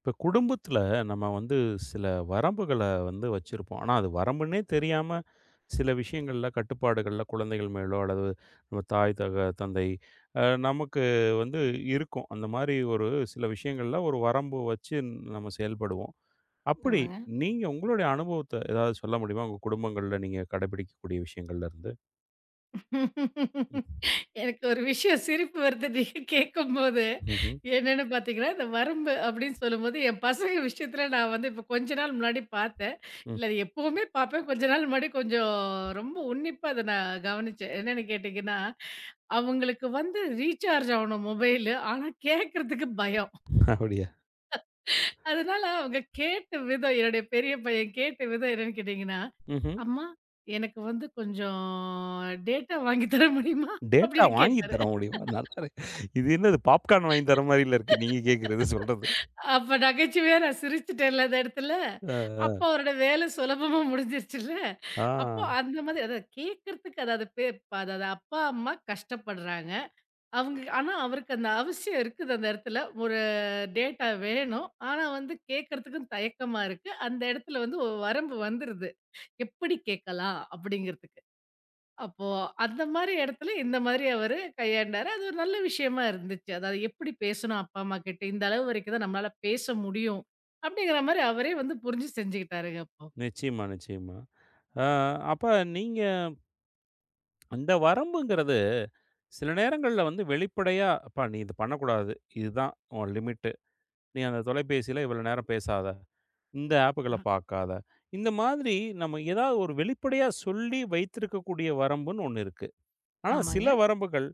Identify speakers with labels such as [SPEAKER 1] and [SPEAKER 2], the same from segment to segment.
[SPEAKER 1] இப்போ குடும்பத்துல நம்ம வந்து சில வரம்புகள வந்து வச்சிருப்போம். ஆனா, அது வரம்புன்னே தெரியாம சில விஷயங்கள்ல, கட்டுப்பாடுகள்ல குழந்தைகள் மேலோ அல்லது நம்ம தாய், தந்தை நமக்கு வந்து இருக்கும். அந்த மாரி ஒரு சில விஷயங்கள்ல ஒரு வரம்பு வச்சு நம்ம செயல்படுவோம். அப்படி
[SPEAKER 2] ஆமாங்க.
[SPEAKER 1] நீங்க உங்களுடைய அனுபவத்த ஏதாவது சொல்ல முடியுமா? உங்க குடும்பங்கள்ல நீங்க கடைபிடிக்கக்கூடிய விஷயங்கள்ல இருந்து? ம்.
[SPEAKER 2] எனக்கு ஒரு விஷயம் சிரிப்பு வருது நீங்க கேட்கும்போது.
[SPEAKER 1] ம்ஹ்ம்.
[SPEAKER 2] என்னன்னு பார்த்தீங்கன்னா, இந்த "வறும்பு" அப்படின்னு சொல்லும்போது, என் பசங்க விஷயத்துல நான் இப்ப கொஞ்ச நாள் முன்னாடி பார்த்தேன்.
[SPEAKER 1] ம்.
[SPEAKER 2] இல்ல அது எப்பவுமே பார்ப்பேன். கொஞ்ச நாள் முன்னாடி கொஞ்சம் ரொம்ப உன்னிப்பா அத நான் கவனிச்சேன். என்னன்னு கேட்டீங்கன்னா, அவங்களுக்கு ரீசார்ஜ் ஆவணும் மொபைலு. ஆனா கேட்கறதுக்கு பயம்.
[SPEAKER 1] அப்படியா?
[SPEAKER 2] அதனால அவங்க கேட்ட விதம் என்னுடைய பெரிய பையன் கேட்ட விதம் என்னன்னு கேட்டீங்கன்னா,
[SPEAKER 1] ம்ஹ்ம்.
[SPEAKER 2] அம்மா, எனக்கு கொஞ்சம் டேட்டா வாங்கி தர முடியுமா?
[SPEAKER 1] டேட்டா
[SPEAKER 2] அப்படின்னு
[SPEAKER 1] வாங்கி
[SPEAKER 2] கேட்டாரு.
[SPEAKER 1] தர முடியுமா? நல்லா இருக்கு. இது என்னது பாப்கார்ன் வாங்கி தர மாரில இருக்கு. நீங்க கேட்கறது, சொல்றது.
[SPEAKER 2] அப்ப நகைச்சுவையா நான் சிரிச்சுட்டேன்ல அந்த இடத்துல.
[SPEAKER 1] அ,
[SPEAKER 2] அப்போ அவரோட வேலை சுலபமா முடிஞ்சிருச்சுல்ல.
[SPEAKER 1] ஆ
[SPEAKER 2] அப்போ அந்த மாதிரி அதாவது கேட்கறதுக்கு அதாவது அதாவது அப்பா, அம்மா கஷ்டப்படுறாங்க. அவங்க ஆனா அவருக்கு அந்த அவசியம் இருக்குது அந்த இடத்துல. ஒரு டேட்டா வேணும். ஆனா கேட்கறதுக்கும் தயக்கமா இருக்கு. அந்த இடத்துல ஒரு வரம்பு வந்துருது. எப்படி கேட்கலாம் அப்படிங்கிறதுக்கு. அப்போ அந்த மாரி இடத்துல இந்த மாதிரி அவரு கையாண்டாரு. அது ஒரு நல்ல விஷயமா இருந்துச்சு. அதாவது எப்படி பேசணும் அப்பா, அம்மா கிட்ட. இந்த அளவு வரைக்கும் தான் நம்மளால பேச முடியும். அப்படிங்கிற மாரி அவரே புரிஞ்சு செஞ்சுக்கிட்டாருங்க அப்போ.
[SPEAKER 1] நிச்சயமா, நிச்சயமா. அ அப்ப நீங்க அந்த வரம்புங்கிறது சில நேரங்கள்ல வந்து வெளிப்படையா, "அப்பா, நீ இது பண்ணக்கூடாது. இதுதான் உன் லிமிட்டு. நீ அந்த தொலைபேசியில இவ்வளோ நேரம் பேசாத. இந்த ஆப்புகள பார்க்காத." இந்த மாதிரி நம்ம ஏதாவது ஒரு வெளிப்படையா சொல்லி வைத்திருக்கக்கூடிய வரம்புன்னு ஒண்ணு இருக்கு. ஆனா சில
[SPEAKER 2] ஆமாங்க.
[SPEAKER 1] வரம்புகள்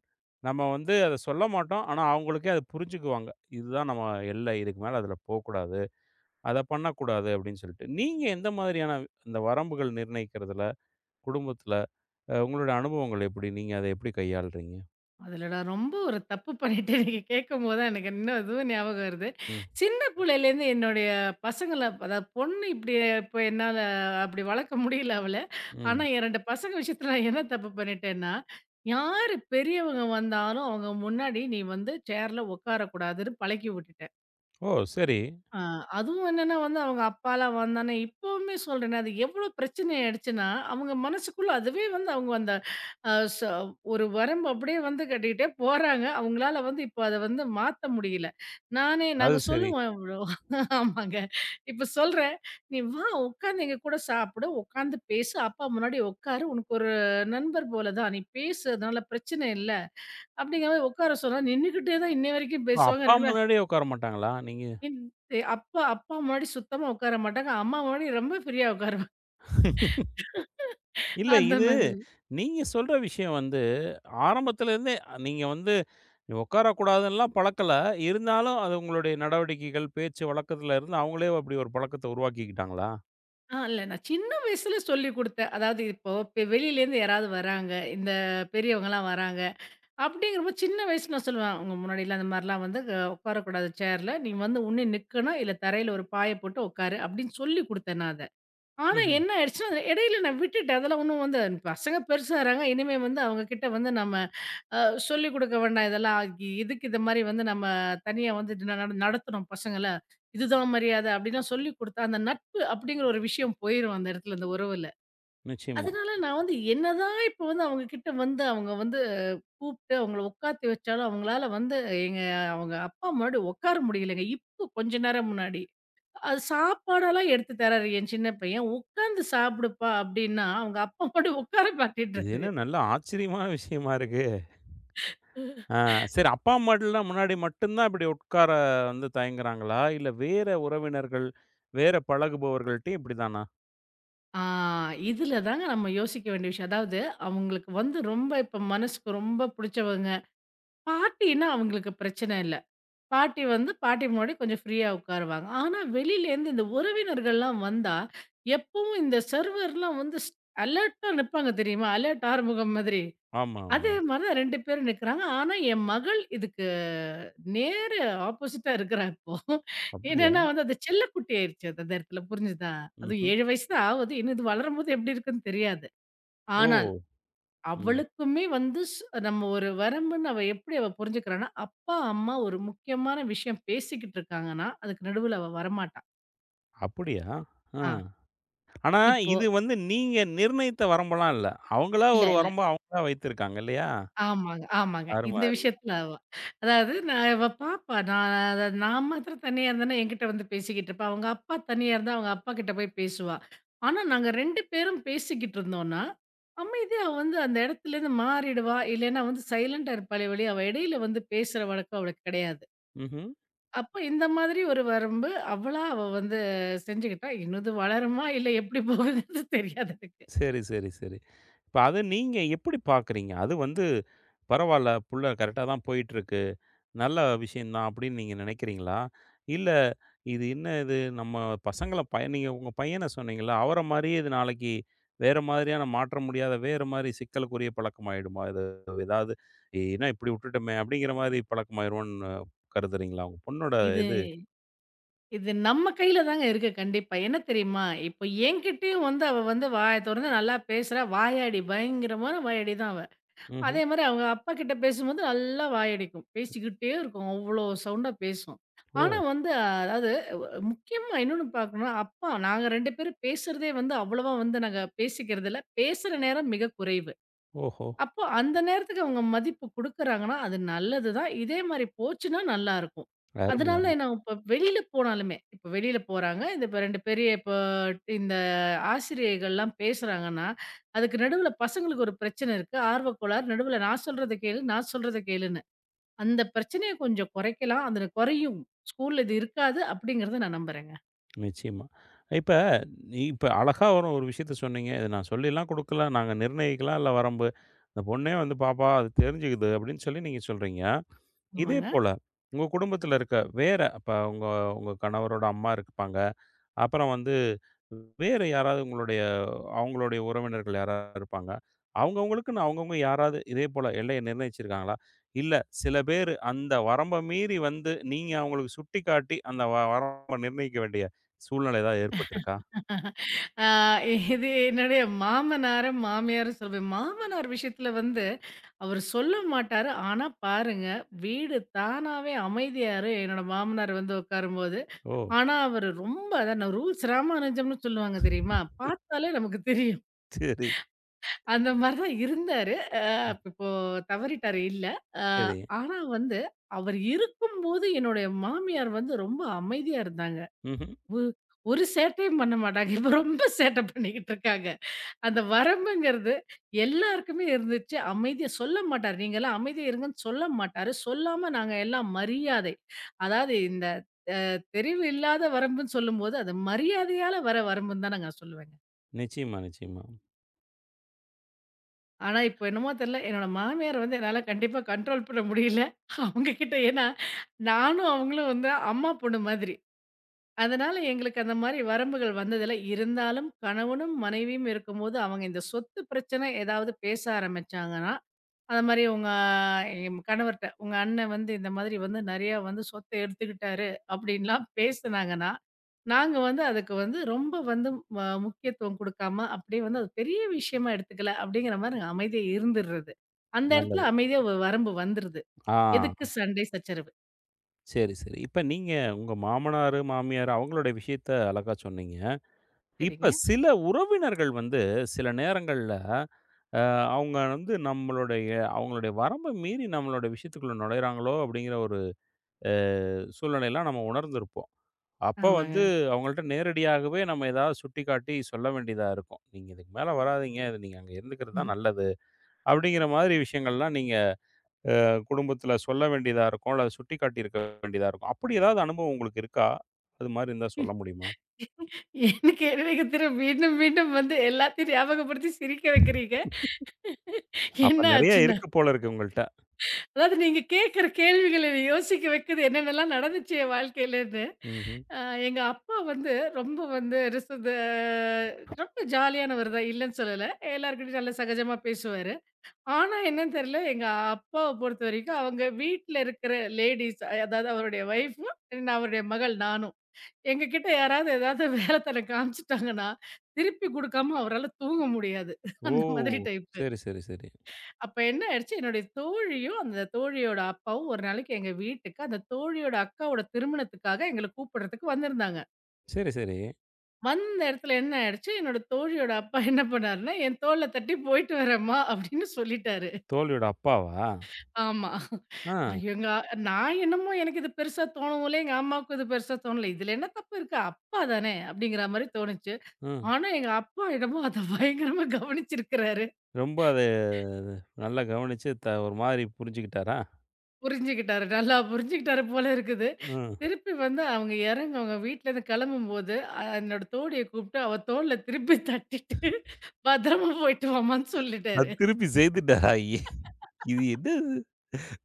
[SPEAKER 1] நம்ம வந்து அத சொல்ல மாட்டோம். ஆனா அவங்களுக்கே அத புரிஞ்சுக்குவாங்க. "இதுதான் நம்ம எல்லை. இதுக்கு மேல அதில போக்கூடாது. அத பண்ணக்கூடாது." அப்படின்னு சொல்லிட்டு. நீங்க எந்த மாதிரியான அந்த வரம்புகள் நிர்ணயிக்கிறதுல குடும்பத்தில உங்களுடைய அனுபவங்கள் எப்படி? நீங்க அத எப்படி கையாள்றீங்க?
[SPEAKER 2] அதுல நான் ரொம்ப ஒரு தப்பு பண்ணிட்டேன். நீங்க கேட்கும்போது தான் எனக்கு இன்னும் இதுவும் ஞாபகம் வருது.
[SPEAKER 1] ம்.
[SPEAKER 2] சின்ன புள்ளையிலேருந்து என்னுடைய பசங்கள அதாவது பொண்ணு இப்படி இப்ப என்னால அப்படி வளர்க்க முடியல அவள. ஆனா
[SPEAKER 1] ம்.
[SPEAKER 2] என் 2 பசங்க விஷயத்துல நான் என்ன தப்பு பண்ணிட்டேன்னா, யாரு பெரியவங்க வந்தாலும் அவங்க முன்னாடி நீ சேர்ல உட்காரக்கூடாதுன்னு பழக்கி விட்டுட்டேன்.
[SPEAKER 1] ஓ! சரி.
[SPEAKER 2] ஆ, அதுவும் என்னன்னா அவங்க அப்பாலாம் வந்தானே இப்பவுமே சொல்றேனே, அது எவ்ளோ பிரச்சனை ஆயிடுச்சுன்னா, அவங்க மனசுக்குள்ள அதுவே அவங்க அந்த அ ச ஒரு வரம்பு அப்படியே கட்டிக்கிட்டே போறாங்க. அவங்களால இப்போ அத மாத்த முடியல. நானே
[SPEAKER 1] அது
[SPEAKER 2] நாங்க
[SPEAKER 1] சரி.
[SPEAKER 2] சொல்லுவோம் இவ்ளோ ஆமாங்க. இப்ப சொல்றேன், "நீ வா உட்காந்து எங்க கூட சாப்பிடு, உட்காந்து பேசு, அப்பா முன்னாடி உட்காரு, உனக்கு ஒரு நண்பர் போல தான். நீ பேசு அதனால பிரச்சனை இல்ல." அப்படிங்கிற மாரி உட்கார சொன்னா நின்னுகிட்டே தான் இன்னைய வரைக்கும்
[SPEAKER 1] ஓ,
[SPEAKER 2] பேசுவாங்க.
[SPEAKER 1] அப்பா
[SPEAKER 2] 2
[SPEAKER 1] முன்னாடியே உட்கார மாட்டாங்களா? நீங்க
[SPEAKER 2] இன் எ அப்பா அப்பா முன்னாடி சுத்தமா உட்கார மாட்டாங்க. அம்மா முன்னாடி ரொம்ப ஃப்ரீயா உட்காருவாங்க.
[SPEAKER 1] இல்ல,
[SPEAKER 2] அந்த
[SPEAKER 1] இது
[SPEAKER 2] மாதிரி.
[SPEAKER 1] நீங்க சொல்ற விஷயம் வந்து ஆரம்பத்துலேருந்தே நீங்க வந்து உட்காரக்கூடாதுன்னுலாம் பழக்கல. இருந்தாலும் அது உங்களுடைய நடவடிக்கைகள், பேச்சு வழக்கத்துல இருந்து அவங்களே அப்படி ஒரு பழக்கத்த உருவாக்கிக்கிட்டாங்களா?
[SPEAKER 2] ஆ இல்ல நான் சின்ன வயசுல சொல்லிக் குடுத்தேன். அதாவது இப்போ வெளியிலேருந்து யாராவது வராங்க, இந்த பெரியவங்கலாம் வராங்க. அப்படிங்கிறப்போ சின்ன வயசுல நான் சொல்லுவேன். "உங்க முன்னாடிலாம் அந்த மாரிலாம் வந்து க உட்காரக்கூடாது சேர்ல. நீ ஒண்ணு நிக்கணும், இல்ல தரையில ஒரு பாய போட்டு உட்காரு" அப்படின்னு சொல்லிக் குடுத்தேன் நான் அத. ஆனா
[SPEAKER 1] ம்ஹ்ம்.
[SPEAKER 2] என்ன ஆயிடுச்சுன்னா, இடையில நான் விட்டுட்டேன். அதெல்லாம் ஒண்ணும் பசங்க பெருசாகுறாங்க. இனிமே அவங்க கிட்ட நம்ம அ சொல்லிக் குடுக்க வேண்டாம் இதெல்லாம். எதுக்கு இந்த மாரி நம்ம தனியா வந்து ந நட நடத்துறோம் பசங்கள. இதுதான் மரியாதை அப்படிலாம் சொல்லிக் குடுத்தா, அந்த நட்பு அப்படிங்கிற ஒரு விஷயம் போயிரும் அந்த இடத்துல, அந்த உறவுல.
[SPEAKER 1] நிச்சயமா.
[SPEAKER 2] அதனால நான் என்னதான் இப்ப அவங்க கிட்ட அவங்க வந்து கூப்பிட்டு அவங்கள உட்காத்தி வச்சாலும், அவங்களால வந்து எங்க அவங்க அப்பா முன்னாடி உட்கார முடியலைங்க. இப்போ கொஞ்ச நேரம் முன்னாடி. அது சாப்பாடெல்லாம் எடுத்து தராரு என் சின்ன பையன். "உட்கார்ந்து சாப்பிடுப்பா" அப்படின்னா, அவங்க அப்பா முன்னாடி உட்கார
[SPEAKER 1] இது
[SPEAKER 2] மாட்டேன்றாரு.
[SPEAKER 1] என்ன, நல்ல ஆச்சரியமான விஷயமா இருக்கு. ஆ, சரி, அப்பா, அம்மாட்டலாம் முன்னாடி மட்டும் தான் இப்படி உட்கார வந்து தயங்குறாங்களா? இல்ல வேற உறவினர்கள், வேற பழகுபவர்கள்ட்டயும் இப்படிதானா?
[SPEAKER 2] ஆ இதுல தாங்க நம்ம யோசிக்க வேண்டிய விஷயம். அதாவது அவங்களுக்கு ரொம்ப இப்ப மனசுக்கு ரொம்ப புடிச்சவங்க. பாட்டின்னா அவங்களுக்கு பிரச்சனை இல்ல. பாட்டி பாட்டி முன்னாடி கொஞ்சம் ஃப்ரீயா உட்காருவாங்க. ஆனா வெளியிலேருந்து இந்த உறவினர்கள்லாம் வந்தா, எப்பவும் இந்த சர்வர்லாம் வந்து ஸ் அலர்ட்டா நிப்பாங்க தெரியுமா? அலர்ட் ஆறுமுகம் மாதிரி.
[SPEAKER 1] ஆமா, ஆமா.
[SPEAKER 2] அதே மாரி தான் 2 பேரும் நிக்கிறாங்க. ஆனா, என் மகள் இதுக்கு நேர் ஆப்போசிட்டா இருக்கிறா இப்போ.
[SPEAKER 1] அப்படியா?
[SPEAKER 2] என்னன்னா அது செல்லக்குட்டி ஆயிருச்சு அது அந்த இடத்துல புரிஞ்சுதா? அதுவும்
[SPEAKER 1] ம்ஹ்ம்.
[SPEAKER 2] 7 வயசு தான் ஆவுது. இன்னும் இது வளரும்போது எப்படி இருக்குன்னு தெரியாது.
[SPEAKER 1] ஓ!
[SPEAKER 2] ஆனால்,
[SPEAKER 1] ம்.
[SPEAKER 2] அவளுக்குமே வந்து ஸ் நம்ம ஒரு வரம்புன்னு அவ எப்படி புரிஞ்சுக்கிறான்னா, அப்பா, அம்மா ஒரு முக்கியமான விஷயம் பேசிக்கிட்டு இருக்காங்கன்னா, அதுக்கு நடுவுல அவ வரமாட்டா.
[SPEAKER 1] அப்படியா? ஆ.
[SPEAKER 2] ஆ
[SPEAKER 1] ஆனா,
[SPEAKER 2] இப்போ
[SPEAKER 1] இது வந்து நீங்க நிர்ணயித்த வரம்பெல்லாம் இல்ல. அவங்களா
[SPEAKER 2] இல்ல,
[SPEAKER 1] ஒரு
[SPEAKER 2] இல்ல.
[SPEAKER 1] வரம்ப அவங்களா வைத்திருக்காங்க இல்லையா?
[SPEAKER 2] ஆமாங்க, ஆமாங்க.
[SPEAKER 1] அரும
[SPEAKER 2] இந்த
[SPEAKER 1] அரு
[SPEAKER 2] விஷயத்துல அவ. அதாவது நான் இவ பாப்பா. நான் மாத்திரம் தனியா இருந்தேன்னா, என்கிட்ட வந்து பேசிக்கிட்டு இருப்பா. அவங்க அப்பா தனியா இருந்தா, அவங்க அப்பா கிட்ட போய் பேசுவா. ஆனா, நாங்க 2 பேரும் பேசிக்கிட்டு இருந்தோம்ன்னா, அமைதியா அவ அந்த இடத்துலேருந்து மாறிடுவா. இல்லைன்னா சைலண்டா இருப்பாளே ஒழிய, அவ இடையில பேசுற வழக்கம் அவளுக்கு கிடையாது.
[SPEAKER 1] ம்ஹ்ம்.
[SPEAKER 2] அப்ப இந்த மாதிரி ஒரு வரம்பு அவ செஞ்சுக்கிட்டா. இன்னும் இது வளருமா? இல்ல எப்படி போகுதுன்னு தெரியாது எனக்கு.
[SPEAKER 1] சரி, சரி, சரி. இப்ப அத நீங்க எப்படி பார்க்குறீங்க? அது வந்து பரவால்ல, புள்ள கரெக்ட்டா தான் போயிட்டுருக்கு. நல்ல விஷயம் தான் அப்படின்னு நீங்க நினைக்கிறீங்களா? இல்ல இது என்ன, இது நம்ம பசங்கள பைய நீங்க உங்க பையன சொன்னீங்கல்ல, அவர மாரியே இது நாளைக்கு வேற மாதிரியான மாற்ற முடியாத வேற மாரி சிக்கலுக்குரிய பழக்கமாயிடுமா? இது ஏதாவது ஏன்னா இப்படி விட்டுட்டோமே அப்படிங்கிற மாரி பழக்கமாயிரும்ன்னு கருதுறீங்களா? உங்க பொண்ணோட
[SPEAKER 2] இது
[SPEAKER 1] இது
[SPEAKER 2] இது நம்ம கையில தாங்க இருக்கு கண்டிப்பா. என்ன தெரியுமா? இப்ப என்கிட்டயும் அவ வாய தொறந்து நல்லா பேசுறா. வாயாடி பயங்கரமான வாயாடி தான் அவ.
[SPEAKER 1] ம்ஹ்ம்.
[SPEAKER 2] அதே மாரி அவங்க அப்பா கிட்ட பேசும்போது நல்லா வாயடிக்கும். பேசிக்கிட்டே இருக்கும். அவ்ளோ சவுண்டா பேசும். ஆனா
[SPEAKER 1] ஓ!
[SPEAKER 2] அதாவது முக்கியமா இன்னொன்னு பார்க்கணும்னா, அப்பா நாங்க 2 பேரும் பேசுறதே அவ்வளவா நாங்க பேசிக்கிறதில்ல. பேசுற நேரம் மிக குறைவு.
[SPEAKER 1] ஓஹோ!
[SPEAKER 2] அப்போ அந்த நேரத்துக்கு அவங்க மதிப்பு குடுக்குறாங்கன்னா, அது நல்லது தான். இதே மாரி போச்சுன்னா நல்லாருக்கும்.
[SPEAKER 1] அருமை,
[SPEAKER 2] அதனால
[SPEAKER 1] அருமை.
[SPEAKER 2] நான் இப்ப வெளியில போனாலுமே, இப்ப வெளியில போறாங்க. இந்த இப்ப 2 பெரிய இப்போ இந்த ஆசிரியைகள்லாம் பேசுறாங்கன்னா, அதுக்கு நடுவுல பசங்களுக்கு ஒரு பிரச்சனை இருக்கு. ஆர்வக்கோளாறு. நடுவுல நான் சொல்றத கேளு, நான் சொல்றத கேளுன்னு. அந்த பிரச்சனைய கொஞ்சம் குறைக்கலாம். அது குறையும். ஸ்கூல்ல இது இருக்காது அப்படிங்கிறத நான் நம்புறேங்க.
[SPEAKER 1] நிச்சயமா. இப்ப இப்ப அழகா ஒரு ஒரு விஷயத்த சொன்னீங்க. இத நான் சொல்லிலாம் குடுக்கல. நாங்க நிர்ணயிக்கலாம் இல்ல வரம்பு. "இந்த பொண்ணே வந்து பாப்பா, அது தெரிஞ்சுக்குது" அப்படின்னு சொல்லி நீங்க சொல்றீங்க. இதே
[SPEAKER 2] ஆமாங்க.
[SPEAKER 1] போல உங்க குடும்பத்துல இருக்க வேற இப்ப உங்க உங்க கணவரோட அம்மா இருப்பாங்க. அப்புறம் வந்து வேற யாராவது உங்களுடைய அவங்களுடைய உறவினர்கள் யாராவது இருப்பாங்க. அவங்கவங்களுக்குன்னு அவங்கவங்க யாராவது இதே போல எல்லைய நிர்ணயிச்சிருக்காங்களா? இல்ல சில பேரு அந்த வரம்ப மீறி வந்து நீங்க அவங்களுக்கு சுட்டிக்காட்டி அந்த வரம்ப நிர்ணயிக்க வேண்டிய சூழ்நிலை ஏதாவது ஏற்பட்டிருக்கா?
[SPEAKER 2] ஆ, இது என்னுடைய மாமனாரும், மாமியாரும் சொல்வேன். மாமனார் விஷயத்துல அவரு சொல்ல மாட்டாரு. ஆனா பாருங்க, வீடு தானாவே அமைதியாரு என்னோட மாமனார் உட்காரும்போது.
[SPEAKER 1] ஓ!
[SPEAKER 2] ஆனா அவரு ரொம்ப அதான் நான் ரூல்ஸ் ராமானுஜம்னு சொல்லுவாங்க தெரியுமா? பார்த்தாலே நமக்கு தெரியும்.
[SPEAKER 1] சரி.
[SPEAKER 2] அந்த மாரி தான் இருந்தாரு. அ
[SPEAKER 1] ம்.
[SPEAKER 2] இப்போ தவறிட்டாரு இல்ல. அ
[SPEAKER 1] சரி.
[SPEAKER 2] ஆனா அவர் இருக்கும்போது என்னுடைய மாமியார் ரொம்ப அமைதியா இருந்தாங்க.
[SPEAKER 1] ம்ஹ்ம்.
[SPEAKER 2] ஒ ஒரு சேட்டையும் பண்ண மாட்டாங்க. இப்ப ரொம்ப சேட்டை பண்ணிக்கிட்டு இருக்காங்க. அந்த வரம்புங்கிறது எல்லாருக்குமே இருந்துச்சு. அமைதியா சொல்ல மாட்டாரு. நீங்கலாம் அமைதியா இருங்கன்னு சொல்ல மாட்டாரு. சொல்லாம நாங்க எல்லாம் மரியாதை. அதாவது இந்த தெரிவு இல்லாத வரம்புன்னு சொல்லும்போது, அது மரியாதையால வர வரம்புன்னு தான் நான் சொல்லுவேங்க.
[SPEAKER 1] நிச்சயமா, நிச்சயமா.
[SPEAKER 2] ஆனா, இப்போ என்னமோ தெரியல, என்னோட மாமியார என்னால கண்டிப்பா கண்ட்ரோல் பண்ண முடியல. அவங்க கிட்ட ஏன்னா, நானும் அவங்களும் அம்மா பொண்ணு மாதிரி. அதனால எங்களுக்கு அந்த மாரி வரம்புகள் வந்ததில்ல. இருந்தாலும் கணவனும், மனைவியும் இருக்கும்போது அவங்க இந்த சொத்து பிரச்சனை ஏதாவது பேச ஆரம்பிச்சாங்கன்னா, அது மாரி உங்க என் கணவர்ட்ட, "உங்க அண்ணன் இந்த மாதிரி நெறையா சொத்த எடுத்துக்கிட்டாரு" அப்படின்லாம் பேசுனாங்கன்னா, நாங்க அதுக்கு ரொம்ப வந்து ம முக்கியத்துவம் குடுக்காம, அப்படியே அது பெரிய விஷயமா எடுத்துக்கல அப்படிங்கிற மாரி நாங்க அமைதியா இருந்துர்றது. அந்த இடத்துல
[SPEAKER 1] நல்லது.
[SPEAKER 2] அமைதியா ஒரு வரம்பு வந்துருது.
[SPEAKER 1] ஆ,
[SPEAKER 2] எதுக்கு சண்டை, சச்சரவு.
[SPEAKER 1] சரி, சரி. இப்ப நீங்க உங்க மாமனாரு, மாமியார் அவங்களுடைய விஷயத்த அழகா சொன்னீங்க. இப்ப
[SPEAKER 2] சரிங்க.
[SPEAKER 1] சில உறவினர்கள் வந்து சில நேரங்கள்ல, அ அவங்க வந்து நம்மளுடைய அவங்களுடைய வரம்ப மீறி நம்மளோட விஷயத்துக்குள்ள நுழையிறாங்களோ! அப்படிங்கிற ஒரு அ சூழ்நிலையெல்லாம் நம்ம உணர்ந்திருப்போம். அப்ப
[SPEAKER 2] ஆமாங்க.
[SPEAKER 1] வந்து அவங்கள்ட்ட நேரடியாகவே நம்ம ஏதாவது சுட்டிக்காட்டி சொல்ல வேண்டியதா இருக்கும். "நீங்க இதுக்கு மேல வராதீங்க. இது நீங்க அங்க இருந்துக்கிறது
[SPEAKER 2] ம்.
[SPEAKER 1] தான் நல்லது." அப்படிங்கிற மாதிரி விஷயங்கள்லாம் நீங்க குடும்பத்தில சொல்ல வேண்டியதா இருக்கும். அல்லது சுட்டிக்காட்டியிருக்க வேண்டியதா இருக்கும். அப்படி ஏதாவது அனுபவம் உங்களுக்கு இருக்கா? அது மாரி இருந்தா சொல்ல முடியுமா?
[SPEAKER 2] எனக்கு என்னங்க திரும்ப மீண்டும் மீண்டும் எல்லாத்தையும் ஞாபகப்படுத்தி சிரிக்க வைக்கிறீங்க. என்ன
[SPEAKER 1] அப்ப நெறைய
[SPEAKER 2] ஆச்சுன்னா
[SPEAKER 1] இருக்கு போல இருக்கு உங்கள்ட்ட.
[SPEAKER 2] அதாவது நீங்க கேட்கிற கேள்விகள் என்ன யோசிக்க வைக்குது. என்னென்னலாம் நடந்துச்சு என் வாழ்க்கையிலன்னு.
[SPEAKER 1] ம்ஹ்ம்.
[SPEAKER 2] அ எங்க அப்பா வந்து ரொம்ப வந்து ரிசது ரொம்ப ஜாலியானவர் தான் இல்லன்னு சொல்லல. எல்லார்கிட்டயும் நல்லா சகஜமா பேசுவாரு. ஆனா என்னன்னு தெரியல, எங்க அப்பாவ பொறுத்தவரைக்கும் அவங்க வீட்ல இருக்கிற லேடீஸ் அதாவது அவருடைய ஒய்ஃபும், அவருடைய மகள் நானும். எங்க கிட்ட யாராவது ஏதாவது வேலைத்தனம் காமிச்சுட்டாங்கன்னா, திருப்பி குடுக்காம அவரால தூங்க முடியாது.
[SPEAKER 1] ஓ!
[SPEAKER 2] அந்த மாதிரி டைப்பு.
[SPEAKER 1] சரி, சரி, சரி.
[SPEAKER 2] அப்ப என்ன ஆயிடுச்சு, என்னுடைய தோழியும், அந்த தோழியோட அப்பாவும் ஒரு நாளைக்கு எங்க வீட்டுக்கு, அந்த தோழியோட அக்காவோட திருமணத்துக்காக எங்கள கூப்பிடுறதுக்கு வந்திருந்தாங்க.
[SPEAKER 1] சரி, சரி.
[SPEAKER 2] வந்த இடத்துல என்ன ஆயிடுச்சு, என்னோட தோழியோட அப்பா என்ன பண்ணாருன்னா, என் தோள்ல தட்டி "போயிட்டு வரேம்மா" அப்படின்னு சொல்லிட்டாரு.
[SPEAKER 1] தோழியோட அப்பாவா?
[SPEAKER 2] ஆமா.
[SPEAKER 1] ஆ,
[SPEAKER 2] ஐயோ, எங்க நான் என்னமோ எனக்கு இது பெருசா தோணவுல, எங்க அம்மாவுக்கும் இது பெருசா தோணல. "இதுல என்ன தப்பு இருக்கு? அப்பா தானே!" அப்படிங்கிற மாரி தோணுச்சு.
[SPEAKER 1] ம்.
[SPEAKER 2] ஆனா எங்க அப்பா என்னமோ அத பயங்கரமா கவனிச்சிருக்கிறாரு.
[SPEAKER 1] ரொம்ப அது நல்லா கவனிச்சு ஒரு மாதிரி புரிஞ்சுக்கிட்டாரா?
[SPEAKER 2] புரிஞ்சுகிட்டாரு. நல்லா புரிஞ்சுகிட்டாரு போல இருக்குது.
[SPEAKER 1] ம்.
[SPEAKER 2] திருப்பி வந்து அவங்க இறங்க அவங்க வீட்லேருந்து கிளம்பும்போது, அ என்னோட தோழிய கூப்பிட்டு அவ தோள்ல திருப்பி தட்டிட்டு, பத்திரமா போயிட்டு வாமான்னு
[SPEAKER 1] அது
[SPEAKER 2] சொல்லிட்டாரு.
[SPEAKER 1] திருப்பி செய்துட்டாரா? ஏ, இது என்ன இது?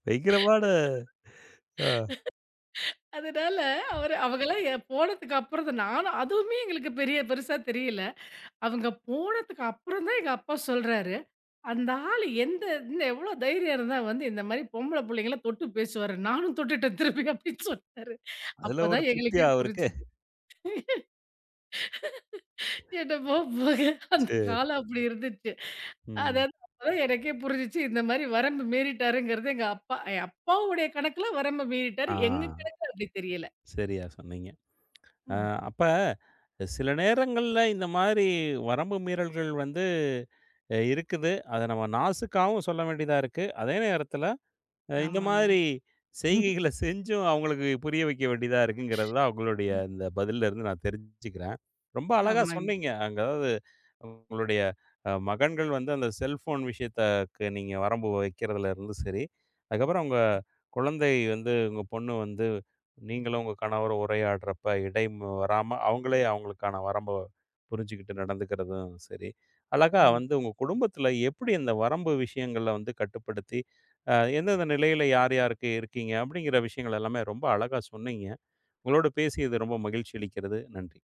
[SPEAKER 1] பயங்கரமான அ
[SPEAKER 2] அதனால அவரு அவங்கலாம் போனதுக்கு அப்புறம் தான் நானும் அதுவுமே எங்களுக்கு பெரிய பெருசா தெரியல. அவங்க போனதுக்கு அப்புறம் தான் எங்க அப்பா சொல்றாரு, "அந்த ஆளு இன்னும் எவ்வளோ தைரியம் இருந்தா இந்த மாரி பொம்பள புள்ளைங்கள தொட்டு பேசுவாரு. நானும் தொட்டுட்டேன் திருப்பி" அப்படின்னு சொன்னாரு.
[SPEAKER 1] அதில ஒரு
[SPEAKER 2] அப்பதான்
[SPEAKER 1] திருப்தியா
[SPEAKER 2] எங்களுக்கே
[SPEAKER 1] அவருக்கு?
[SPEAKER 2] புரிஞ்சுது. என்னமோ போங்க. அந்த
[SPEAKER 1] சரி.
[SPEAKER 2] காலம் அப்படி இருந்துச்சு.
[SPEAKER 1] ம்.
[SPEAKER 2] அதாவது அப்பதான் எனக்கே புரிஞ்சுச்சு, இந்த மாரி வரம்பு மீறிட்டாருங்கிறது எங்க அப்பா என் அப்பாவுடைய கணக்குல வரம்ப மீறிட்டாரு.
[SPEAKER 1] ஆ,
[SPEAKER 2] எங்க கணக்குல அப்படி தெரியல.
[SPEAKER 1] சரியா சொன்னீங்க. அ
[SPEAKER 2] ம்.
[SPEAKER 1] அப்ப சில நேரங்கள்ல இந்த மாதிரி வரம்பு மீறல்கள் வந்து இருக்குது. அத நம்ம நாசுக்காவும் சொல்ல வேண்டியதா இருக்கு. அதே நேரத்தில இந்த
[SPEAKER 2] ஆமாங்க.
[SPEAKER 1] மாதிரி செய்கைகள செஞ்சும் அவங்களுக்கு புரிய வைக்க வேண்டியதா இருக்குங்கிறது தான் உங்களுடைய
[SPEAKER 2] ம்,
[SPEAKER 1] இந்த பதில்ல இருந்து நான் தெரிஞ்சுக்கிறேன். ரொம்ப அழகா
[SPEAKER 2] ஆமாங்க.
[SPEAKER 1] சொன்னீங்க. அங்க அதாவது உங்களுடைய மகன்கள் வந்து அந்த செல்ஃபோன் விஷயத்தக்கு நீங்க வரம்பு வைக்கிறதுல இருந்து சரி, அதுக்கப்புறம் உங்க குழந்தை வந்து உங்க பொண்ணு வந்து நீங்களும் உங்க கணவரும் உரையாடுறப்ப இடை வராம அவங்களே அவங்களுக்கான வரம்ப புரிஞ்சுகிட்டு நடந்துக்கிறதும் சரி, அழகா
[SPEAKER 2] ம்.
[SPEAKER 1] வந்து உங்க குடும்பத்தில எப்படி இந்த வரம்பு விஷயங்கள வந்து கட்டுப்படுத்தி எந்தெந்த நிலையில யார் யாருக்கு இருக்கீங்க? அப்படிங்கிற விஷயங்கள் எல்லாமே ரொம்ப அழகா சொன்னீங்க. உங்களோடு பேசியது ரொம்ப மகிழ்ச்சி அளிக்கிறது. நன்றி.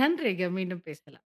[SPEAKER 2] நன்றிங்க. மீண்டும் பேசலாம்.